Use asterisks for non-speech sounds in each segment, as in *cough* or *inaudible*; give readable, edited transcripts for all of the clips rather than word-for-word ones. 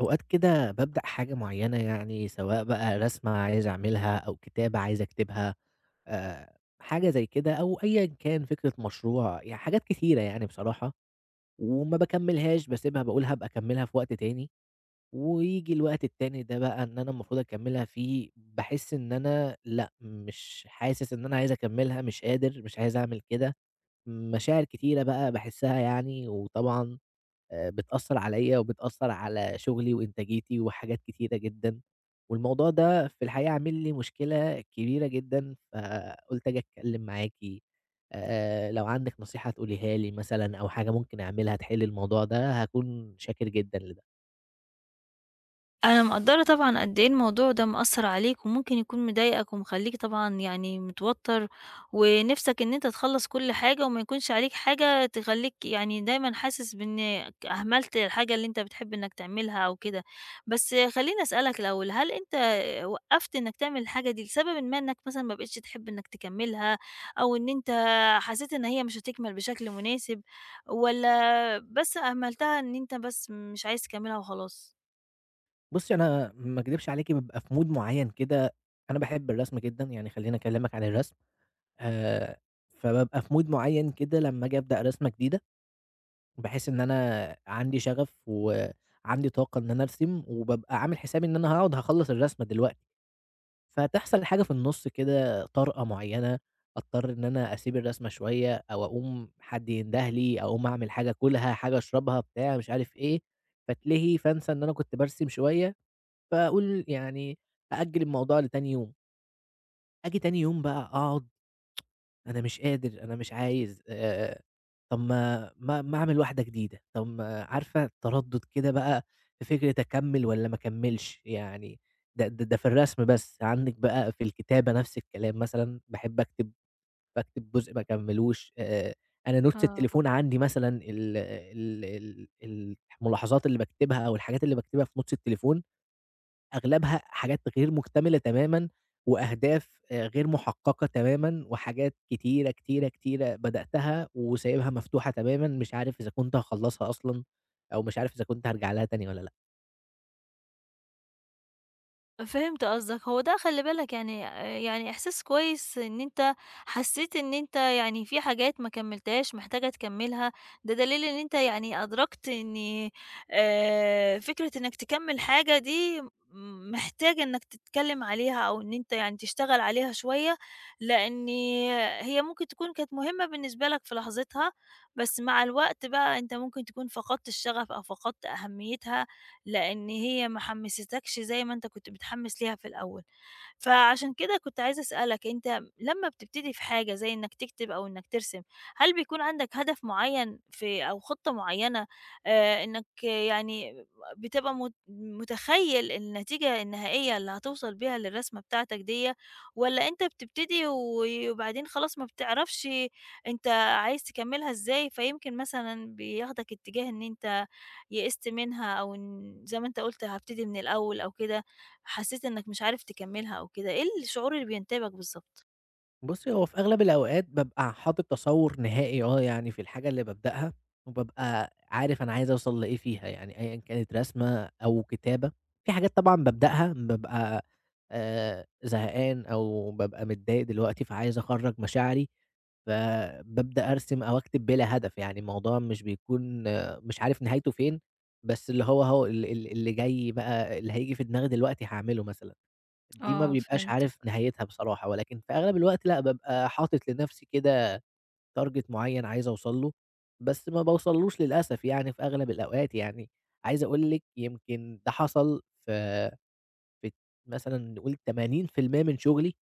أوقات كده بابدأ حاجة معينة يعني سواء بقى رسمة عايز أعملها أو كتابة عايز أكتبها. آه، حاجة زي كده أو أيا كان فكرة مشروع يعني حاجات كتيرة يعني بصراحة. وما بكملهاش، بسيبها، بقول هبقى أكملها في وقت تاني. ويجي الوقت التاني ده بقى إن أنا المفروض أكملها فيه، بحس إن أنا لأ، مش حاسس إن أنا عايز أكملها، مش قادر، مش عايز أعمل كده. مشاعر كتيرة بقى بحسها يعني، وطبعا بتأثّر عليَّ وبتأثّر على شغلي وإنتاجيتي وحاجات كتيرة جدًا، والموضوع ده في الحقيقة عامل لي مشكلة كبيرة جدًا، فقُلت آجي أتكلّم معاكِ، لو عندِك نصيحة تقوليها لي مثلًا أو حاجة ممكن أعملها تحل الموضوع ده، هاكون شاكر جدًا لده. أنا مقدّرة طبعًا قد إيه الموضوع ده مأثّر عليك، وممكن يكون مضايقك ومخلّيك طبعًا يعني متوتّر، ونِفْسك إن أنت تخلّص كل حاجة وما يكونش عليك حاجة تخلّيك يعني دايمًا حاسس بإنك أهملت الحاجة اللي أنت بتحب إنك تعملها أو كده. بس خلّيني أسألك الأول، هل أنت وقّفت إنك تعمل الحاجة دي لسببٍ ما إنك مثلًا ما بقيتش تحب إنك تكمّلها، أو إن أنت حسيت إن هي مش هتكمل بشكل مناسب، والّا بس أهملتها إن أنت بس مش عايز تكمّلها وخلاص؟ بُصّي، أنا ما أكدبش عليكِ، بابقى في mood معيّن كده. أنا باحب الرسم جدًا، يعني خلّيني أكلّمك عن الرسم. آآ فبابقى في mood معيّن كده لمّا آجي أبدأ رسمة جديدة، باحس إن أنا عندي شغف وعندي طاقة إن أنا أرسم، وبابقى عامل حسابي إن أنا هاقعد هاخلّص الرسمة دلوقتي، فتحصل حاجة في النُص كده، طرقة معيّنة، أضطر إن أنا أسيب الرسمة شوية أو أقوم حد ينده لي، أقوم أعمل حاجة آكلها، حاجة أشربها، بتاع مش عارف إيه، فاتلهي فانسى إن أنا كنت بارسم شوية، فأقول يعني أأجّل الموضوع لتاني يوم. آجي تاني يوم بقى أقعد، أنا مش قادر، أنا مش عايز، طب ما أعمل واحدة جديدة. طب ما عارفة، تردُّد كده بقى في فكرة أكمّل والّا ما أكمّلش، يعني ده في الرسم بس. عندِك بقى في الكتابة نفس الكلام مثلًا، باحب أكتب، باكتب جزء ما أكمّلوش. أنا notes آه. التليفون عندي مثلًا ال ال ال الملاحظات اللي باكتبها أو الحاجات اللي باكتبها في notes التليفون أغلبها حاجات غير مكتملة تمامًا، وأهداف غير محققة تمامًا، وحاجات كتيرة، كتيرة، كتيرة بدأتها وسايبها مفتوحة تمامًا، مش عارف إذا كنت هاخلّصها أصلًا، أو مش عارف إذا كنت هارجع لها تاني والّا لأ. فهمت قصدك. هو ده خلّي بالك يعني يعني إحساس كويس إن أنت حسّيت إن أنت يعني في حاجات ما كمّلتهاش محتاجة تكمّلها. ده دليل إن أنت يعني أدركت إن فكرة إنّك تكمّل حاجة دي محتاج إنّك تتكلّم عليها أو إن أنت يعني تشتغل عليها شوية، لإن هي ممكن تكون كانت مهمة بالنسبة لك في لحظتها، بس مع الوقت بقى أنت ممكن تكون فقدت الشغف أو فقدت أهميتها لإن هي ما حمّستكش زي ما أنت كنت متحمّس ليها في الأول. فعشان كده كنت عايزة أسألك، أنت لمّا بتبتدي في حاجة زي إنك تكتب أو إنك ترسم، هل بيكون عندك هدف معيّن في أو خطة معيّنة إنك يعني بتبقى متخيّل النتيجة النهائية اللي هتوصل بيها للرسمة بتاعتك ديّة، والّا أنت بتبتدي وبعدين خلاص ما بتعرفش أنت عايز تكمّلها إزاي، فيمكن مثلًا بياخدك اتجاه إن أنت يئست منها أو إن زي ما أنت قُلت هابتدي من الأول أو كده؟ حسيت إنك مش عارف تكمّلها أو كده، إيه الشعور اللي بينتابك بالضبط؟ بُصّي، هو في أغلب الأوقات بابقى حاطط تصوُّر نهائي، آه، يعني في الحاجة اللي بابدأها، وبابقى عارف أنا عايز أوصل لإيه فيها، يعني أيًا كانت رسمة أو كتابة. في حاجات طبعًا بابدأها بابقى زهقان أو بابقى متضايق دلوقتي، فعايز أخرّج مشاعري، فبابدأ أرسم أو أكتب بلا هدف، يعني الموضوع مش بيكون آه، مش عارف نهايته فين، بس اللي هو أهو ال ال اللي جاي بقى، اللي هييجي في دماغي دلوقتي هاعمله مثلًا. دي ما آه بيبقاش فهمتك. عارف نهايتها بصراحة، ولكن في أغلب الوقت لأ، بابقى حاطط لنفسي كده target معيّن عايز أوصل له، بس ما باوصلوش للأسف يعني في أغلب الأوقات يعني. عايز أقول لِك يمكن ده حصل في في مثلًا نقول 80% من شغلي.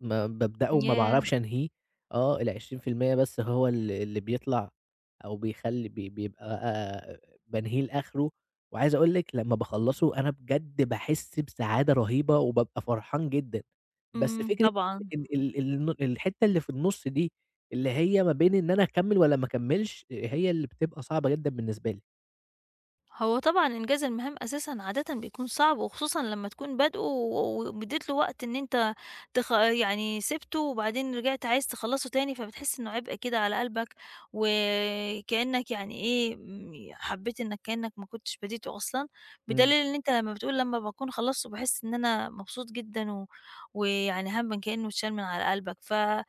ما بابدأه وما ياه! باعرفش أنهيه، آه، ال20% بس هو اللي بيطلع أو بيخلّي بيبقى بانهيه لآخره، وعايز أقول لِك لمّا باخلّصه أنا بجد باحس بسعادة رهيبة وبابقى فرحان جدًا. بس إمم، فكرة طبعًا. ال ال الن الحتّة اللي في النُص دي، اللي هي ما بين إن أنا أكمّل والّا ما أكمّلش، هي اللي بتبقى صعبة جدًا بالنسبة لي. هو طبعًا إنجاز المهام أساسًا عادةً بيكون صعب، وخصوصًا لمّا تكون بادئه وادّيت له وقت إن أنت يعني سِبته وبعدين رجعت عايز تخلّصه تاني، فبتحس إنه عبء كده على قلبك، وكأنك *laughs* يعني إيه حبّيت إنك كأنك ما كنتش بديته أصلًا، إمم، بدليل إن أنت لمّا بتقول لمّا باكون خلصته باحس إن أنا مبسوط جدًا، ويعني هَم كأنه اتشال من على قلبك. ف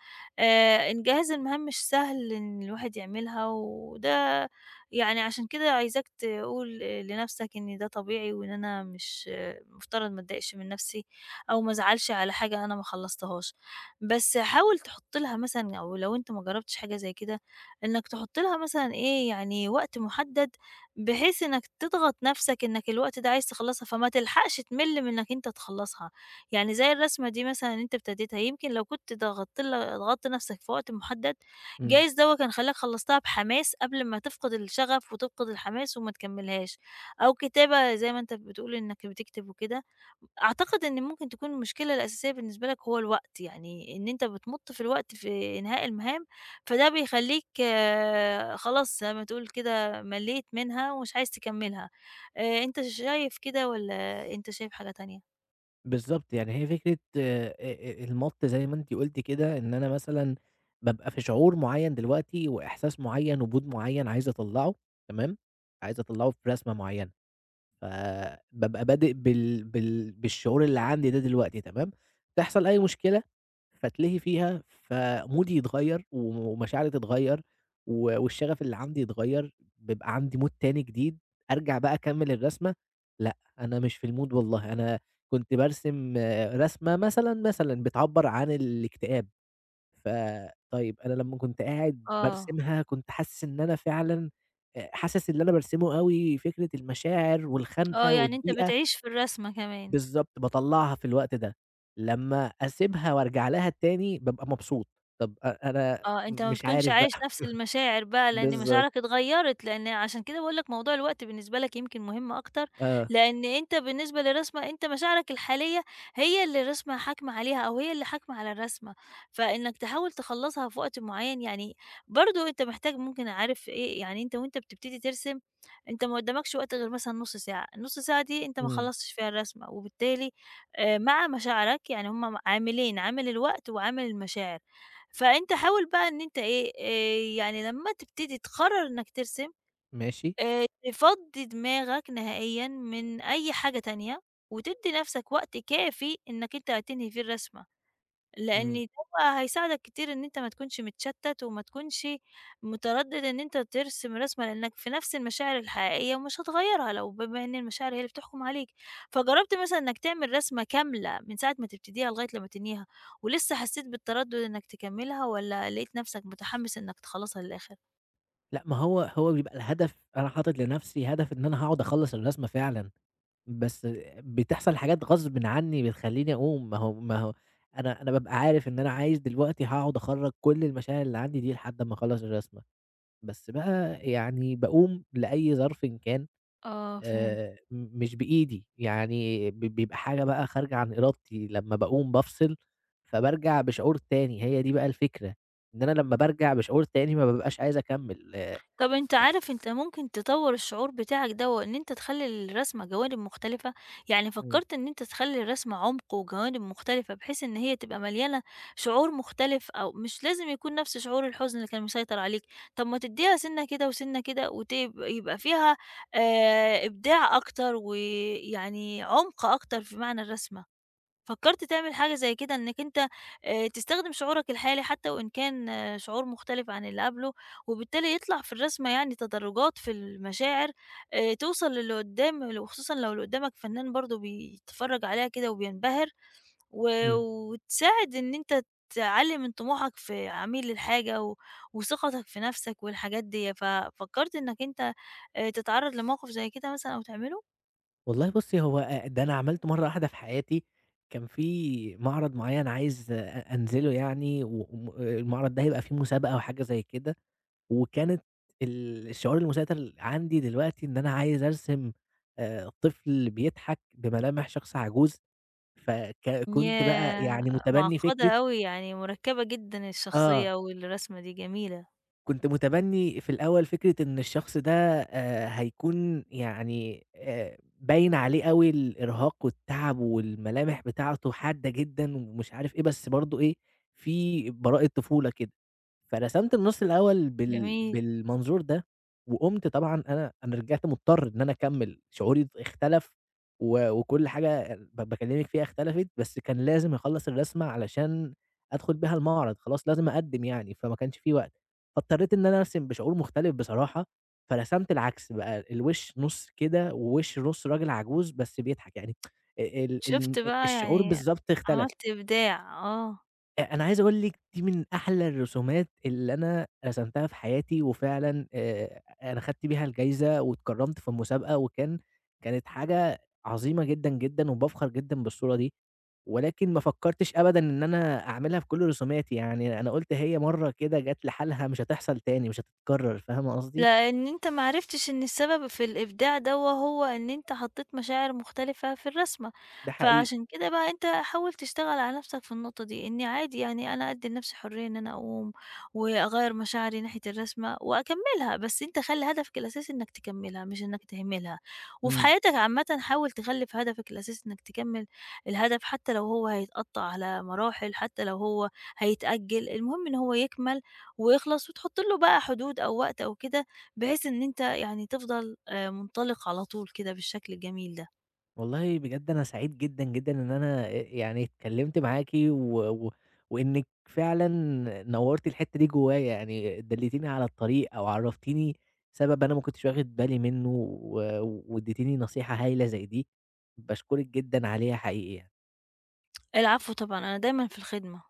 إنجاز المهام مش سهل إن الواحد يعملها، وده يعني عشان كده عايزاك تقول لنفسك إن ده طبيعي، وإن أنا مش مفترض ما أتضايقش من نفسي أو ما أزعلش على حاجة أنا ما خلصتهاش. بس حاول تحط لها مثلا، أو لو أنت ما جربتش حاجة زي كده، إنك تحط لها مثلا إيه يعني وقت محدد، بحيث إنك تضغط نفسك إنك الوقت ده عايز تخلصها فما تلحقش تمل من إنك أنت تخلصها. يعني زي الرسمة دي مثلا، أنت ابتديتها، يمكن لو كنت ضغطت نفسك في وقت محدد إمم. جايز دوّة كان خلّاك خلّصتها بحماس قبل ما تفقد الشغف وتفقد الحماس وما تكمّلهاش. أو كتابة زي ما أنت بتقول إنك بتكتب وكده، أعتقد إن ممكن تكون المشكلة الأساسية بالنسبة لك هو الوقت، يعني إن أنت بتمُط في الوقت في إنهاء المهام، فده بيخلّيك خلاص زي ما تقول كده ملّيت منها ومش عايز تكمّلها. أنت شايف كده والّا أنت شايف حاجة تانية؟ بالضبط، يعني هي فكرة المَط زي ما أنتِ قُلتِ كده، إن أنا مثلًا بابقى في شعور معيّن دلوقتي وإحساس معيّن وmood معيّن عايز أطلّعه، تمام، عايز أطلّعه في رسمة معيّنة. فبابقى بادئ بالشعور اللي عندي ده دلوقتي، تمام، تحصل أي مشكلة فاتلهي فيها، فمودي يتغيّر ومشاعري تتغيّر والشغف اللي عندي يتغيّر، بيبقى عندي مود تاني جديد، أرجع بقى أكمّل الرسمة. لأ، أنا مش في المود والله. أنا كنت بارسم رسمة مثلًا، مثلًا بتعبّر عن الاكتئاب. فطيب أنا لمّا كنت قاعد آه. بارسمها كنت حاسس إن أنا فعلًا حاسس اللي أنا بارسمه أوي، فكرة المشاعر آه، والخنقة يعني أنت والضيقة. بتعيش في الرسمة كمان. بالضبط، باطلّعها في الوقت ده. لمّا أسيبها وأرجع لها تاني بابقى مبسوط. طب أنا آه، أنت ما مش بتكونش عارف بقى عايش *laughs* نفس المشاعر بقى، لإن بالضبط، مشاعرك اتغيّرت، لإن عشان كده باقول لك موضوع الوقت بالنسبة لك يمكن مهم أكتر، آه. لإن أنت بالنسبة للرسمة أنت مشاعرك الحالية هي اللي الرسمة حاكمة عليها أو هي اللي حاكمة على الرسمة، فإنك تحاول تخلّصها في وقت معيّن يعني برضه أنت محتاج ممكن عارف إيه. يعني أنت وأنت بتبتدي ترسم، أنت ما قدّامكش وقت غير مثلًا نُص ساعة، النُص ساعة دي أنت ما إمم، خلّصتش فيها الرسمة، وبالتالي مع مشاعرك يعني هُم عاملين، عامل الوقت وعامل المشاعر. فأنت حاول بقى إن أنت إيه، يعني لمّا تبتدي تقرّر إنّك ترسم، ماشي، تفضّي دماغك نهائيًا من أي حاجة تانية، وتدّي نَفْسك وقت كافي إنّك أنت هتنهي فيه الرسمة. لإن إمم. ده بقى هيساعدك كتير إن أنت ما تكونش متشتت، وما تكونش متردد إن أنت ترسم رسمة، لإنك في نفس المشاعر الحقيقية ومش هتغيّرها لو بما إن المشاعر هي اللي بتحكم عليك. فجرّبت مثلًا إنك تعمل رسمة كاملة من ساعة ما تبتديها لغاية لمّا تنهيها، ولسه حسيت بالتردد إنك تكمّلها والّا لقيت نفسك متحمس إنك تخلّصها للآخر؟ لأ، ما هو بيبقى الهدف، أنا حاطط لنفسي هدف إن أنا هاقعد أخلّص الرسمة فعلًا. بس بتحصل حاجات غصبٍ عني بتخلّيني أقوم. ما هو أنا بابقى عارف إن أنا عايز دلوقتي هاقعد أخرّج كل المشاعر اللي عندي دي لحد أمّا أخلّص الرسمة، بس بقى يعني باقوم لأي ظرفٍ إن كان. آه فهمت. مش بإيدي، يعني بيبقى حاجة بقى خارجة عن إرادتي، لمّا باقوم بافصل فبارجع بشعور تاني. هي دي بقى الفكرة، إن أنا لمّا بارجع بشعور تاني ما بابقاش عايز أكمّل طب أنت عارف أنت ممكن تطوّر الشعور بتاعك دوّة إن أنت تخلّي الرسمة جوانب مختلفة، يعني فكّرت إن أنت تخلّي الرسمة عمق وجوانب مختلفة بحيث إن هي تبقى مليانة شعور مختلف، أو مش لازم يكون نفس شعور الحزن اللي كان مسيطر عليك، طب ما تدّيها سِنّة كده وسِنّة كده يبقى فيها إبداع أكتر ويعني عمق أكتر في معنى الرسمة. فكرت تعمل حاجة زي كده إنك أنت تستخدم شعورك الحالي حتى وإن كان شعور مختلف عن اللي قبله، وبالتالي يطلع في الرسمة يعني تدرجات في المشاعر، توصل للي قدام، وخصوصًا لو اللي قدامك فنان برضه بيتفرج عليها كده وبينبهر، إمم. وتساعد إن أنت تعلّي من طموحك في عميل الحاجة وثقتك في نفسك والحاجات ديّة. ففكرت إنك أنت تتعرض لموقف زي كده مثلًا أو تعمله؟ والله بُصّي، هو ده أنا عملته مرّة واحدة في حياتي، كان في معرض معيّن عايز أنزله يعني، و وم المعرض ده هيبقى فيه مسابقة وحاجة زي كده، وكانت الشعور المسيطر عندي دلوقتي إن أنا عايز أرسم طفل بيضحك بملامح شخص عجوز، فك كنت بقى ياه! يعني متبني فكرة. معقدة أوي، يعني مركبة جدًا آه. الشخصية، والرسمة دي جميلة. كنت متبني في الأول فكرة إن الشخص ده هيكون يعني باين عليه أوي الإرهاق والتعب، والملامح بتاعته حادة جدًا ومش عارف إيه، بس برضه إيه، في براءة طفولة كده. فرسمت النُص الأول جميل. بالمنظور ده. وقُمت طبعًا، أنا رجعت مضطر إن أنا أكمّل، شعوري اختلف، وكل حاجة باكلّمِك فيها اختلفت، بس كان لازم أخلّص الرسمة علشان أدخل بيها المعرض، خلاص لازم أقدّم يعني، فما كانش في وقت، فاضطريت إن أنا أرسم بشعور مختلف بصراحة، فرسمت العكس بقى، الوِش نُص كده ووِش نُص راجل عجوز بس بيضحك يعني، *tsk* ال ال شُفت بقى، الشعور يعني بالضبط اختلف. عملت إبداع، آه. أنا عايز أقول لِك دي من أحلى الرسومات اللي أنا رسمتها في حياتي، وفعلًا أنا خدت بيها الجايزة واتكرّمت في المسابقة، كانت حاجة عظيمة جدًا، جدًا، وبافخر جدًا بالصورة دي، ولكن ما فكّرتش أبدًا إن أنا أعملها في كل رسوماتي، يعني أنا قُلت هي مرّة كده جات لحالها، مش هتحصل تاني، مش هتتكرّر، فاهمة قصدي؟ لإن أنت ما عرفتش إن السبب في الإبداع دوّة هو إن أنت حطّيت مشاعر مختلفة في الرسمة، ده حقيقي. فعشان كده بقى أنت حاول تشتغل على نَفْسك في النقطة دي، إني عادي يعني أنا أدّي لنَفْسي حرية إن أنا أقوم وأغيّر مشاعري ناحية الرسمة وأكمّلها، بس أنت خلّي هدفك الأساسي إنّك تكمّلها مش إنّك تهملها. وفي إمم. حياتك عامةً حاول تخلّي في هدفك الأساسي إنّك تكمّل الهدف، حتى لو هو هيتقطّع على مراحل، حتى لو هو هيتأجّل، المهم إن هو يكمل ويخلص وتحُط له بقى حدود أو وقت أو كده، بحيث إن أنت يعني تفضل منطلق على طول كده بالشكل الجميل ده. والله بجد أنا سعيد جدًا، جدًا إن أنا يعني اتكلمت معاكِ و و وإنِّك فعلًا نوّرتِ الحتّة دي جوايا، يعني دلّيتيني على الطريق أو عرّفتيني سبب أنا ما كنتش واخد بالي منّه وادّيتيني نصيحة هايلة زي دي، باشكرِك جدًا عليها حقيقي يعني. العفو طبعًا، أنا دايمًا في الخدمة.